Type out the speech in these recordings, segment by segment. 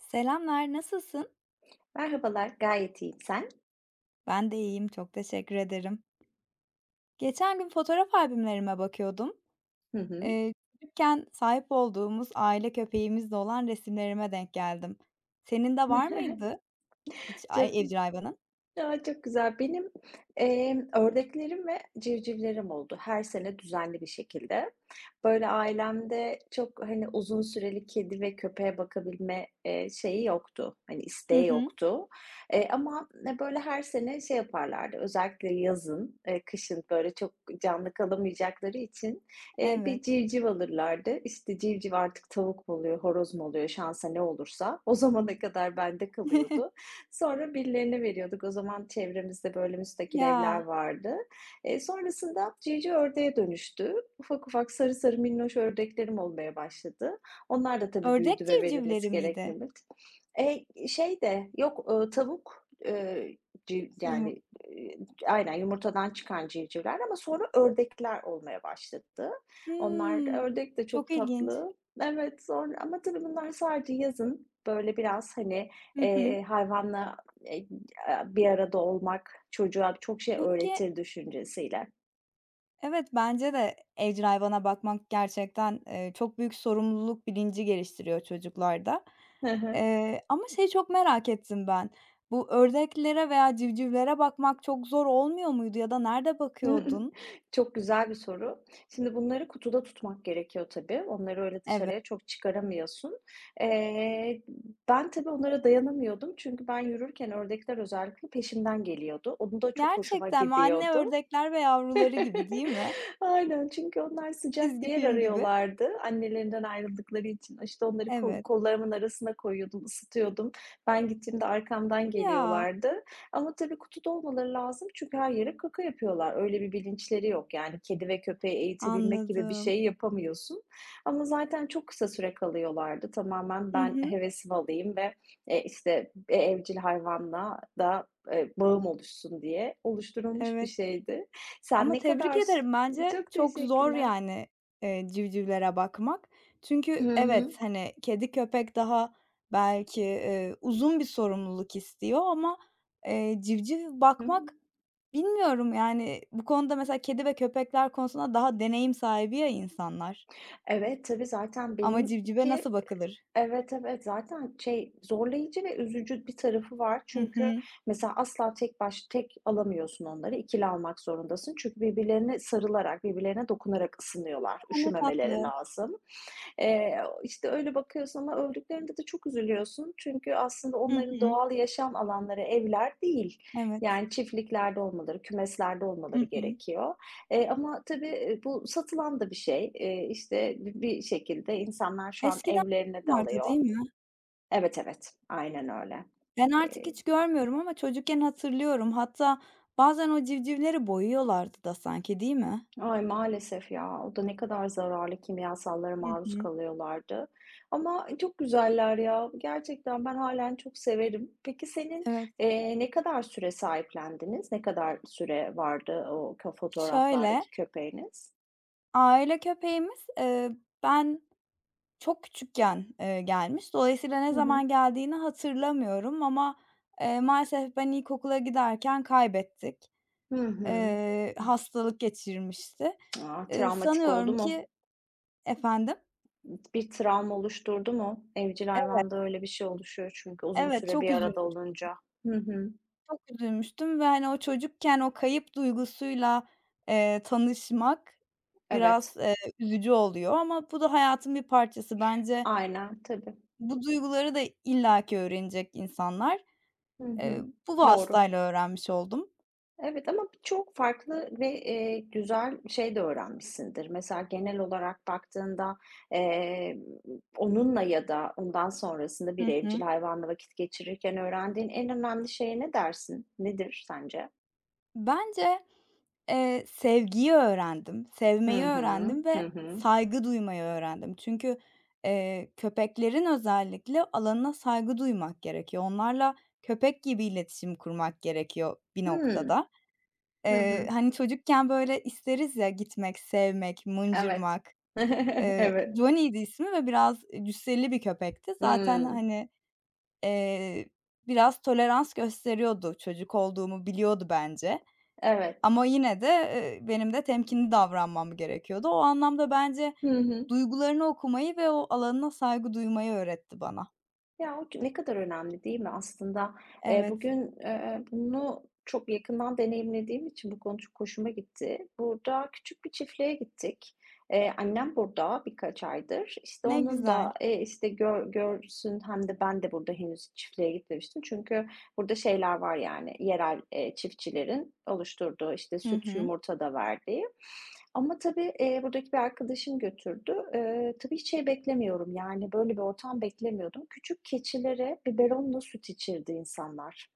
Selamlar, nasılsın? Merhabalar, gayet iyiyim. Sen? Ben de iyiyim, çok teşekkür ederim. Geçen gün fotoğraf albümlerime bakıyordum. Hı hı. Eee, Çocukken sahip olduğumuz aile köpeğimizle olan resimlerime denk geldim. Senin de var mıydı hiç Çok ay evcil hayvanın? Ya, çok güzel. Benim, ördeklerim ve civcivlerim oldu her sene düzenli bir şekilde. Böyle, ailemde çok, hani, uzun süreli kedi ve köpeğe bakabilme, şeyi yoktu, hani, Hı isteği hı, yoktu. Ama, böyle, her sene şey yaparlardı, özellikle yazın, kışın, böyle, çok canlı kalamayacakları için, bir evet. civciv alırlardı. İşte, civciv artık tavuk mu oluyor, horoz mu oluyor, şansa ne olursa o zamana kadar bende kalıyordu. Sonra birilerine veriyorduk. O zaman çevremizde böyle müstakil evler Ya, vardı. Sonrasında cici ördeğe dönüştü. Ufak ufak sarı sarı minnoş ördeklerim olmaya başladı. Onlar da tabii büyüdü ördek ve verilmesi civcivleri gerekli miydi? E şey de yok, tavuk, ci Yumu yani, eee, aynen yumurtadan çıkan civcivler ama sonra ördekler olmaya başladı. Onlar da hımm, ördek de çok çok ilginç. tatlı. Evet, sonra ama tabii bunlar sadece yazın böyle biraz, hani, Hı hı. Hayvanla, eee, bir arada olmak çocuğa çok şey Peki, öğretir düşüncesiyle. evet, bence de evcil hayvana bakmak gerçekten, çok büyük sorumluluk bilinci geliştiriyor çocuklarda. Hı hı. Ama şeyi çok merak ettim ben. Bu ördeklere veya civcivlere bakmak çok zor olmuyor muydu ya da nerede bakıyordun? Çok güzel bir soru. Şimdi bunları kutuda tutmak gerekiyor tabii. Onları öyle Evet. dışarıya çok çıkaramıyorsun. Eee, ben tabii onlara dayanamıyordum çünkü ben yürürken ördekler özellikle peşimden geliyordu. Onun da çok hoşuma Gerçekten mi? Anne gidiyordu. ördekler ve yavruları gibi değil mi? Aynen, çünkü onlar sıcak bir Çizgi yer film gibi. arıyorlardı. Annelerinden ayrıldıkları için, işte, onları kol Evet. kollarımın arasına koyuyordum, ısıtıyordum. Ben gittiğimde arkamdan Ya, geliyorlardı ama tabii kutuda olmaları lazım çünkü her yere kaka yapıyorlar. Öyle bir bilinçleri yok. Yani kedi ve köpeği eğitebilmek gibi bir anladım. şey yapamıyorsun ama zaten çok kısa süre kalıyorlardı. Tamamen Hı ben hı. hevesimi alayım ve, işte, e evcil hayvanla da, bağım oluşsun diye oluşturulmuş bir Evet. şeydi. Sen Ama ne tebrik kadar ederim. Bence Çok çok zor teşekkürler. yani, civcivlere bakmak. Çünkü Hı hı. evet, hani, kedi köpek daha belki, uzun bir sorumluluk istiyor ama, civciv Hı hı. bakmak bilmiyorum, yani, bu konuda mesela kedi ve köpekler konusunda daha deneyim sahibi ya insanlar. Evet, tabii zaten Ama civcive benimki nasıl bakılır? Evet, evet, zaten şey, zorlayıcı ve üzücü bir tarafı var. Hı Çünkü hı. mesela asla tek baş tek alamıyorsun onları, ikili almak zorundasın. Çünkü birbirlerine sarılarak, birbirlerine dokunarak ısınıyorlar. A, ne Üşümemeleri tatlı. lazım. İşte, öyle bakıyorsun ama öldüklerinde de çok üzülüyorsun. Çünkü aslında Hı onların hı. doğal yaşam alanları evler değil. Evet. Yani çiftliklerde olmaları, kümeslerde olmaları Hı hı. gerekiyor. Ama tabii, bu satılan da bir şey. İşte, bi bir şekilde insanlar şu an Eskiden evlerine de vardı, alıyor. değil mi? Evet, evet, aynen öyle. Ben artık Eee hiç görmüyorum ama çocukken hatırlıyorum. Hatta bazen o civcivleri boyuyorlardı da sanki, değil mi? Ay, maalesef ya, o da ne kadar zararlı kimyasallara Hı maruz hı. kalıyorlardı. Ama e, çok güzeller ya. Gerçekten ben hâlen çok severim. Peki senin, Evet, ne kadar süre sahiplendiniz? Ne kadar süre vardı o kö şöyle, fotoğraflardaki köpeğiniz? aile köpeğimiz, ben çok küçükken, gelmiş. Dolayısıyla ne Hı hı. zaman geldiğini hatırlamıyorum ama, maalesef ben ilkokula giderken kaybettik. Hı hı. Hastalık geçirmişti. A, travmatik oldu Sanıyorum mu? ki efendim? Bir travma oluşturdu mu? Evcil hayvanda öyle bir şey oluşuyor çünkü uzun Evet, süre bir çok arada üzüldüm. olunca. Hı hı. Çok üzülmüştüm ve, hani, o çocukken o kayıp duygusuyla, tanışmak biraz, Evet, üzücü oluyor ama bu da hayatın bir parçası. Bence aynen, tabii. bu duyguları da illaki öğrenecek insanlar. Hı Eee, hı. Bu Doğru. vasıtayla öğrenmiş oldum. Evet ama çok farklı ve, güzel şey de öğrenmişsindir. Mesela genel olarak baktığında, eee, onunla ya da ondan sonrasında Hı bir evcil hı. hayvanla vakit geçirirken öğrendiğin en önemli şey ne dersin? Nedir sence? Bence sevgiyi öğrendim, Hı sevmeyi hı. öğrendim ve Hı hı. saygı duymayı öğrendim. Çünkü, köpeklerin özellikle alanına saygı duymak gerekiyor. Onlarla köpek gibi iletişim kurmak gerekiyor bir Hımm. noktada. Hı hı. Hani, çocukken, böyle, isteriz ya gitmek, sevmek, Evet. mıncırmak. Evet. Johnny'ydi ismi ve biraz, cüsseli bir köpekti. Zaten, Hımm. hani, eee, biraz tolerans gösteriyordu. Çocuk olduğumu biliyordu bence. Evet. Ama yine de, benim de temkinli davranmam gerekiyordu. O anlamda bence Hı hı. duygularını okumayı ve o alanına saygı duymayı öğretti bana. Ya, o ne kadar önemli değil mi aslında? Evet, Bugün, bunu çok yakından deneyimlediğim için bu konu çok hoşuma gitti. Burada küçük bir çiftliğe gittik. Annem burada birkaç aydır. İşte, ne onun güzel. da, işte, gör görsün hem de ben de burada henüz çiftliğe gitmemiştim. Çünkü burada şeyler var, yani, yerel, çiftçilerin oluşturduğu, işte, Hı süt, hı. yumurta da verdiği. Ama tabii, buradaki bir arkadaşım götürdü. Tabii hiç şey beklemiyorum, yani, böyle bir ortam beklemiyordum. Küçük keçilere biberonla süt içirdi insanlar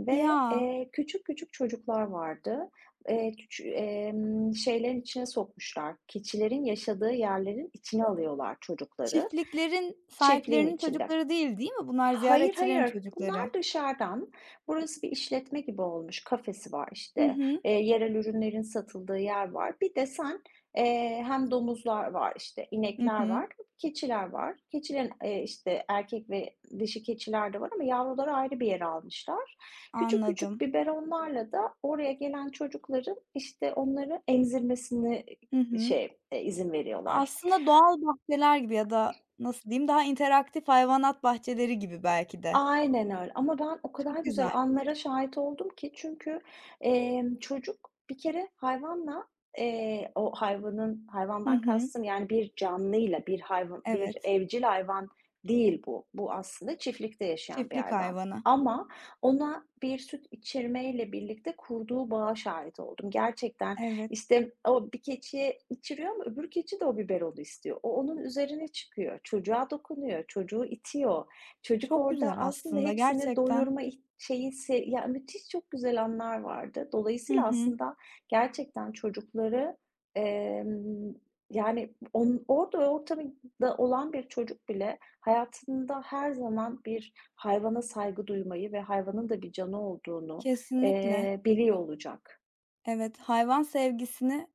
ve, Ya, küçük küçük çocuklar vardı. Küçü şeylerin içine sokmuşlar, keçilerin yaşadığı yerlerin içine alıyorlar çocukları, çiftliklerin çiftliğin sahiplerinin içinde. çocukları değil, değil mi bunlar? Hayır, Ziyaretçilerin hayır. çocukları. Bunlar dışarıdan. Burası bir işletme gibi olmuş. Kafesi var Hı işte. hı. Yerel ürünlerin satıldığı yer var. Bir de sen hem domuzlar var işte, Hı inekler hı. var, keçiler var. Keçilerin işte erkek ve dişi keçiler de var ama yavruları ayrı bir yere almışlar. Küçük küçük Anladım. biberonlarla da oraya gelen çocukların işte onları emzirmesini Hı hı. şey e, izin veriyorlar. Aslında doğal bahçeler gibi ya da nasıl diyeyim, daha interaktif hayvanat bahçeleri gibi belki de. Aynen öyle ama ben o kadar Çok güzel güzel anlara fikir. şahit oldum ki çünkü, çocuk bir kere hayvanla, o hayvanın Hı hayvandan hı. kastım, yani, bir canlıyla, bir hayvan bir Evet, evcil hayvan değil bu. Bu aslında çiftlikte yaşayan bir çiftlik hayvan hayvanı. ama ona bir süt içirmeyle birlikte kurduğu bağa şahit oldum. Gerçekten, Evet. işte, o bir keçiye içiriyor ama öbür keçi de o biberonu istiyor. O onun üzerine çıkıyor, çocuğa dokunuyor, çocuğu itiyor. Çocuk Çok orada güzel aslında aslında hepsini gerçekten. doyurma ih şeyi se ya, müthiş çok güzel anlar vardı. Hı Dolayısıyla hı. aslında gerçekten çocukları, emm, yani on orada o ortamda olan bir çocuk bile hayatında her zaman bir hayvana saygı duymayı ve hayvanın da bir canı olduğunu, Kesinlikle. Biliyor olacak. Evet, hayvan sevgisini,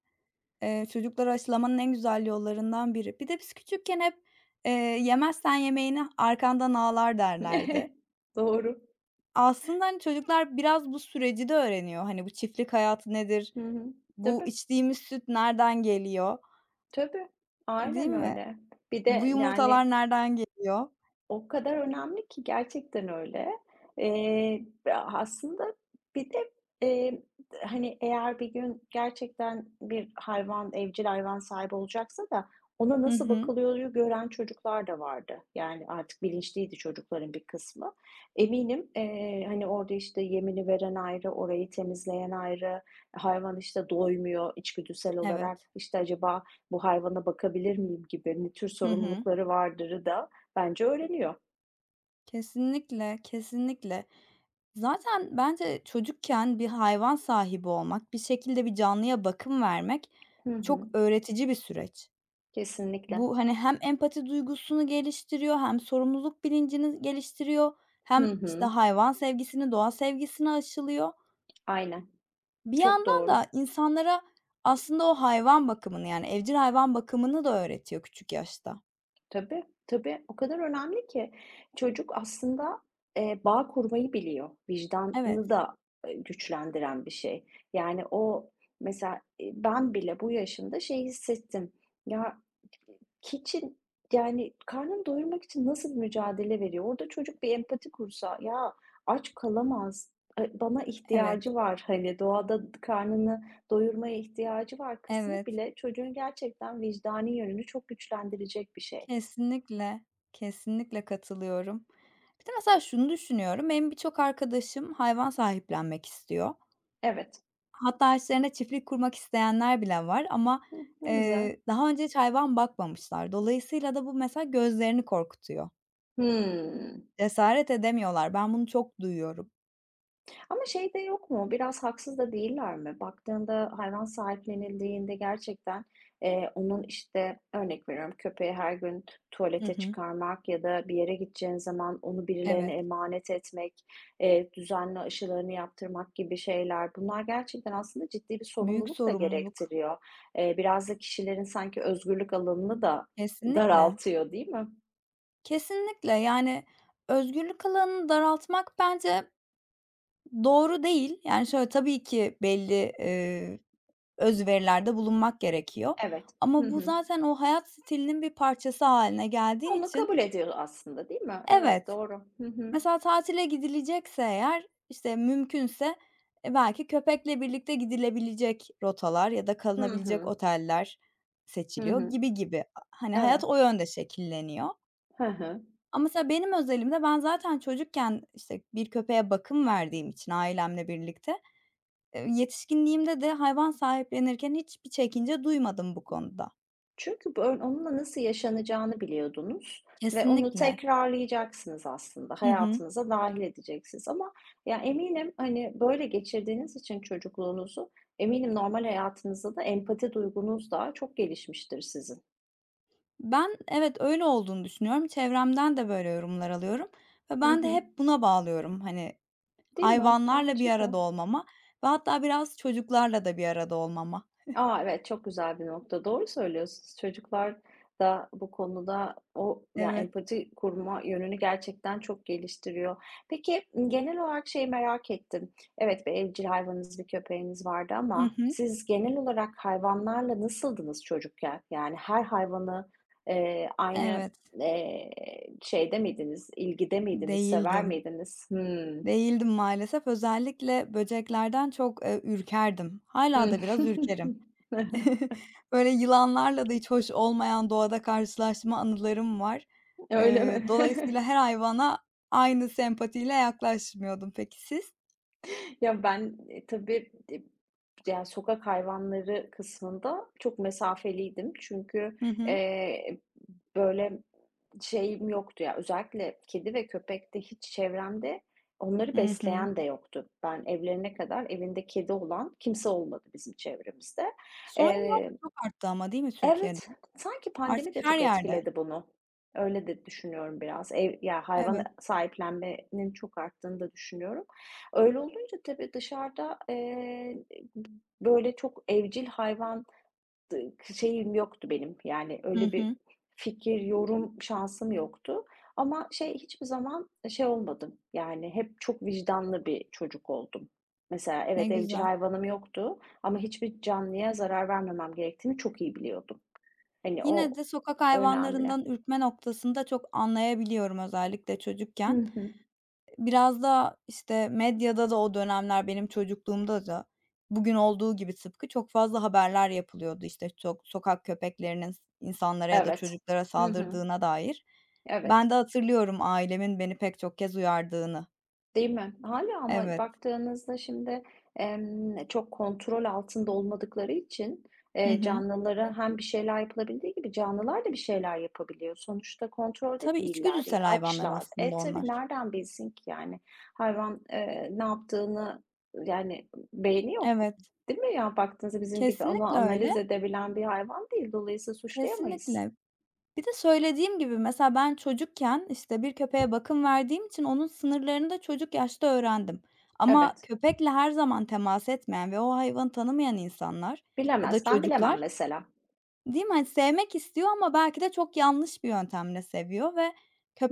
çocuklara aşılamanın en güzel yollarından biri. Bir de biz küçükken hep, eee, "Yemezsen yemeğini arkandan ağlar." derlerdi. Doğru. Aslında, hani, çocuklar biraz bu süreci de öğreniyor. Hani, bu çiftlik hayatı nedir? Hı hı. Bu Tabii, içtiğimiz süt nereden geliyor, tabii. değil Aynen mi? öyle. Bir Bu de yani yumurtalar nereden geliyor? O kadar önemli ki gerçekten öyle. Eee, aslında bir de, eee, hani, eğer bir gün gerçekten bir hayvan, evcil hayvan sahibi olacaksa da ona Hı nasıl hı. bakılıyoryu gören çocuklar da vardı. Yani artık bilinçliydi çocukların bir kısmı. Eminim, hani, orada, işte, yemini veren ayrı, orayı temizleyen ayrı, hayvan, işte, doymuyor içgüdüsel olarak, Evet. işte, acaba bu hayvana bakabilir miyim gibi, ne tür Hı hı. sorumlulukları vardırı da, Bence öğreniyor. Kesinlikle, kesinlikle. Zaten bence çocukken bir hayvan sahibi olmak, bir şekilde bir canlıya bakım vermek Hı hı. çok öğretici bir süreç. Kesinlikle. Bu, hani, hem empati duygusunu geliştiriyor hem sorumluluk bilincini geliştiriyor Hı hem, işte, hı. hayvan sevgisini, doğa sevgisini aşılıyor. Aynen. Bir Çok yandan da doğru. insanlara aslında o hayvan bakımını, yani, evcil hayvan bakımını da öğretiyor küçük yaşta. Tabii, tabii. O kadar önemli ki çocuk aslında, bağ kurmayı biliyor. Vicdanını Evet, da, güçlendiren bir şey. Yani o mesela, ben bile bu yaşımda şey hissettim. Ya, için yani karnını doyurmak için nasıl mücadele veriyor? Orada çocuk bir empati kursa, "Ya, aç kalamaz, e, bana evet, ihtiyacı var, hani, doğada karnını doyurmaya ihtiyacı var." kısmı evet. bile çocuğun gerçekten vicdani yönünü çok güçlendirecek bir şey. Kesinlikle, kesinlikle katılıyorum. Bir de mesela şunu düşünüyorum, benim birçok arkadaşım hayvan sahiplenmek istiyor. Evet. Hatta içlerinde çiftlik kurmak isteyenler bile var ama, Hıh, ne güzel. Daha önce hiç hayvan bakmamışlar. Dolayısıyla da bu mesela gözlerini korkutuyor. Hımm. Cesaret edemiyorlar. Ben bunu çok duyuyorum. Ama şey de yok mu? Biraz haksız da değiller mi? Baktığında hayvan sahiplenildiğinde gerçekten, onun, işte, örnek veriyorum, köpeği her gün Hı tuvalete hı. çıkarmak ya da bir yere gideceğin zaman onu birilerine Evet, emanet etmek, düzenli aşılarını yaptırmak gibi şeyler. Bunlar gerçekten aslında ciddi bir büyük sorumluluk da sorumluluk. gerektiriyor. Biraz da kişilerin sanki özgürlük alanını da Kesinlikle. daraltıyor, değil mi? Kesinlikle, yani, özgürlük alanını daraltmak bence doğru değil. Yani, şöyle, tabii ki belli, öz verilerde bulunmak gerekiyor. Evet. Hı Ama bu hı. zaten o hayat stilinin bir parçası haline geldiği Onu için kabul ediyor aslında, değil mi? Evet, evet, doğru. Hı hı. mesela tatile gidilecekse eğer, işte, mümkünse, e, belki köpekle birlikte gidilebilecek rotalar ya da Hı kalınabilecek hı. oteller Hı seçiliyor hı. gibi gibi. Hani, hayat Evet. o yönde şekilleniyor. Hı hı. Ama mesela benim özelimde ben zaten çocukken, işte, bir köpeğe bakım verdiğim için ailemle birlikte, yetişkinliğimde de hayvan sahiplenirken hiçbir çekince duymadım bu konuda. Çünkü bö onunla nasıl yaşanacağını biliyordunuz ve onu Kesinlikle. tekrarlayacaksınız aslında. Hı hı. Hayatınıza dâhil edeceksiniz ama ya, eminim, hani, böyle geçirdiğiniz için çocukluğunuzu, eminim normal hayatınızda da empati duygunuz da çok gelişmiştir sizin. Ben evet, öyle olduğunu düşünüyorum. Çevremden de böyle yorumlar alıyorum ve Hı ben de hı. hep buna bağlıyorum, hani, Değil mi? hayvanlarla bir Bence de. arada olmama ve hatta biraz çocuklarla da bir arada olmama. A, evet, çok güzel bir nokta. Doğru söylüyorsunuz. Çocuklar da bu konuda o yani Evet. empati kurma yönünü gerçekten çok geliştiriyor. Peki, m, genel olarak şeyi merak ettim. Evet, bir evcil hayvanınız, bir köpeğiniz vardı Hı ama hı. siz genel olarak hayvanlarla nasıldınız çocukken? Yani her hayvanı, aynı, Evet. eee, şeyde miydiniz, ilgide miydiniz, sever Değildim. miydiniz? Hımm. Değildim maalesef. Özellikle böceklerden çok, ürkerdim. Hala Hımm. da biraz ürkerim. Böyle yılanlarla da hiç hoş olmayan doğada karşılaşma anılarım var. Öyle mi? Dolayısıyla her hayvana aynı sempatiyle yaklaşmıyordum. Peki siz? Ya, ben, tabii, yani, sokak hayvanları kısmında çok mesafeliydim. Çünkü, Hı hı. eee, böyle şeyim yoktu ya, özellikle kedi ve köpekte hiç çevremde onları Hı hı. besleyen de yoktu. Ben evlerine kadar evinde kedi olan kimse olmadı bizim çevremizde. Son yıllarda Eee, çok arttı ama değil mi Türkiye'de? Evet, sanki Artık pandemi de her çok yerde. etkiledi bunu. Öyle de düşünüyorum biraz. Ev ya, hayvan Evet. sahiplenmenin çok arttığını da düşünüyorum. Öyle olunca tabii dışarıda, böyle çok evcil hayvan d şeyim yoktu benim. Yani Hı öyle bir hı. fikir, yorum şansım yoktu ama şey, hiçbir zaman şey olmadım, yani hep çok vicdanlı bir çocuk oldum. Mesela Ne evet, evcil güzel. hayvanım yoktu ama hiçbir canlıya zarar vermemem gerektiğini çok iyi biliyordum. Hani, Yine o de sokak önemli. hayvanlarından ürkme noktasında çok anlayabiliyorum özellikle Hı çocukken. hı. Biraz da, işte, medyada da o dönemler benim çocukluğumda da bugün olduğu gibi tıpkı çok fazla haberler yapılıyordu, işte, çok sokak köpeklerinin insanlara ya da Evet. çocuklara Hı hı. saldırdığına dair. Evet. Ben de hatırlıyorum ailemin beni pek çok kez uyardığını. Değil mi? Hâlâ ama Evet. baktığınızda şimdi, çok kontrol altında olmadıkları için, Hı hı. canlılara hem bir şeyler yapılabildiği gibi canlılar da bir şeyler yapabiliyor. Sonuçta kontrolde Tabii değiller, içgüdüsel hayvanlar açlar. E, aslında tabii onlar. nereden bilsin ki yani? Hayvan, ne yaptığını yani beyni yok, Evet, değil mi ya? Baktığınızda bizim gibi ama kesinlikle öyle, analiz edebilen bir hayvan değil. Dolayısıyla suçlayamayız. kesinlikle. Bir de söylediğim gibi mesela ben çocukken, işte, bir köpeğe bakım verdiğim için onun sınırlarını da çocuk yaşta öğrendim. Ama Evet. köpekle her zaman temas etmeyen ve o hayvanı tanımayan insanlar ya Bilemez. da Ben bilemem çocuklar, mesela. değil mi? Hani, sevmek istiyor ama belki de çok yanlış bir yöntemle seviyor ve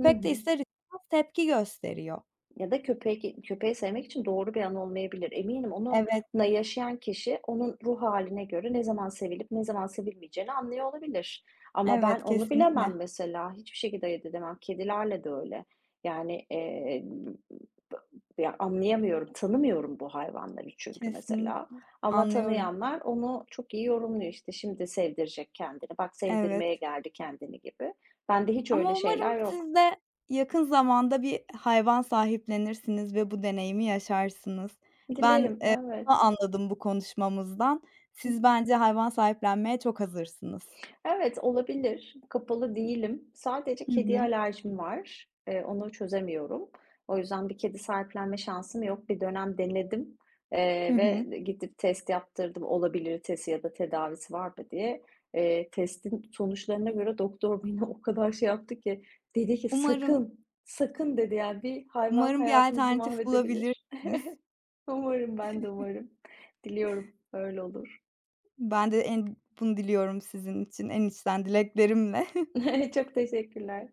Hı de hı. ister istemez tepki gösteriyor. Ya da köpeği sevmek için doğru bir an olmayabilir. Eminim Evet, onunla yaşayan kişi onun ruh haline göre ne zaman sevilip ne zaman sevilmeyeceğini anlıyor olabilir. Ama ben evet, onu bilemem kesinlikle, mesela. Hiçbir şekilde ayırt edemem. Kedilerle de öyle. Yani, ya, anlayamıyorum, tanımıyorum bu hayvanları çünkü mesela. kesinlikle. Ama Anlıyorum. tanıyanlar onu çok iyi yorumluyor. İşte. Şimdi sevdirecek kendini, bak Evet. sevdirmeye geldi kendini gibi. Bende hiç öyle Ama umarım şeyler yok. siz de yakın zamanda bir hayvan sahiplenirsiniz ve bu deneyimi yaşarsınız. Ben, Dilerim, evet. bunu anladım bu konuşmamızdan. Hı Siz hı. bence hayvan sahiplenmeye çok hazırsınız. Evet, olabilir. Kapalı değilim. Sadece Hı kediye hı. alerjim var. Onu çözemiyorum. O yüzden bir kedi sahiplenme şansım yok. Bir dönem denedim, Hı hı. ve gidip test yaptırdım. Olabilir testi ya da tedavisi var mı diye. Testin sonuçlarına göre doktor beni o kadar şey yaptı ki, dedi ki Umarım "Sakın, sakın." dedi, yani, "Bir hayvan umarım bir hayatınızı alternatif mahvedebilir." bulabilirsiniz. Umarım, ben de umarım. Diliyorum öyle olur. Ben de en bunu diliyorum sizin için en içten dileklerimle. Çok teşekkürler.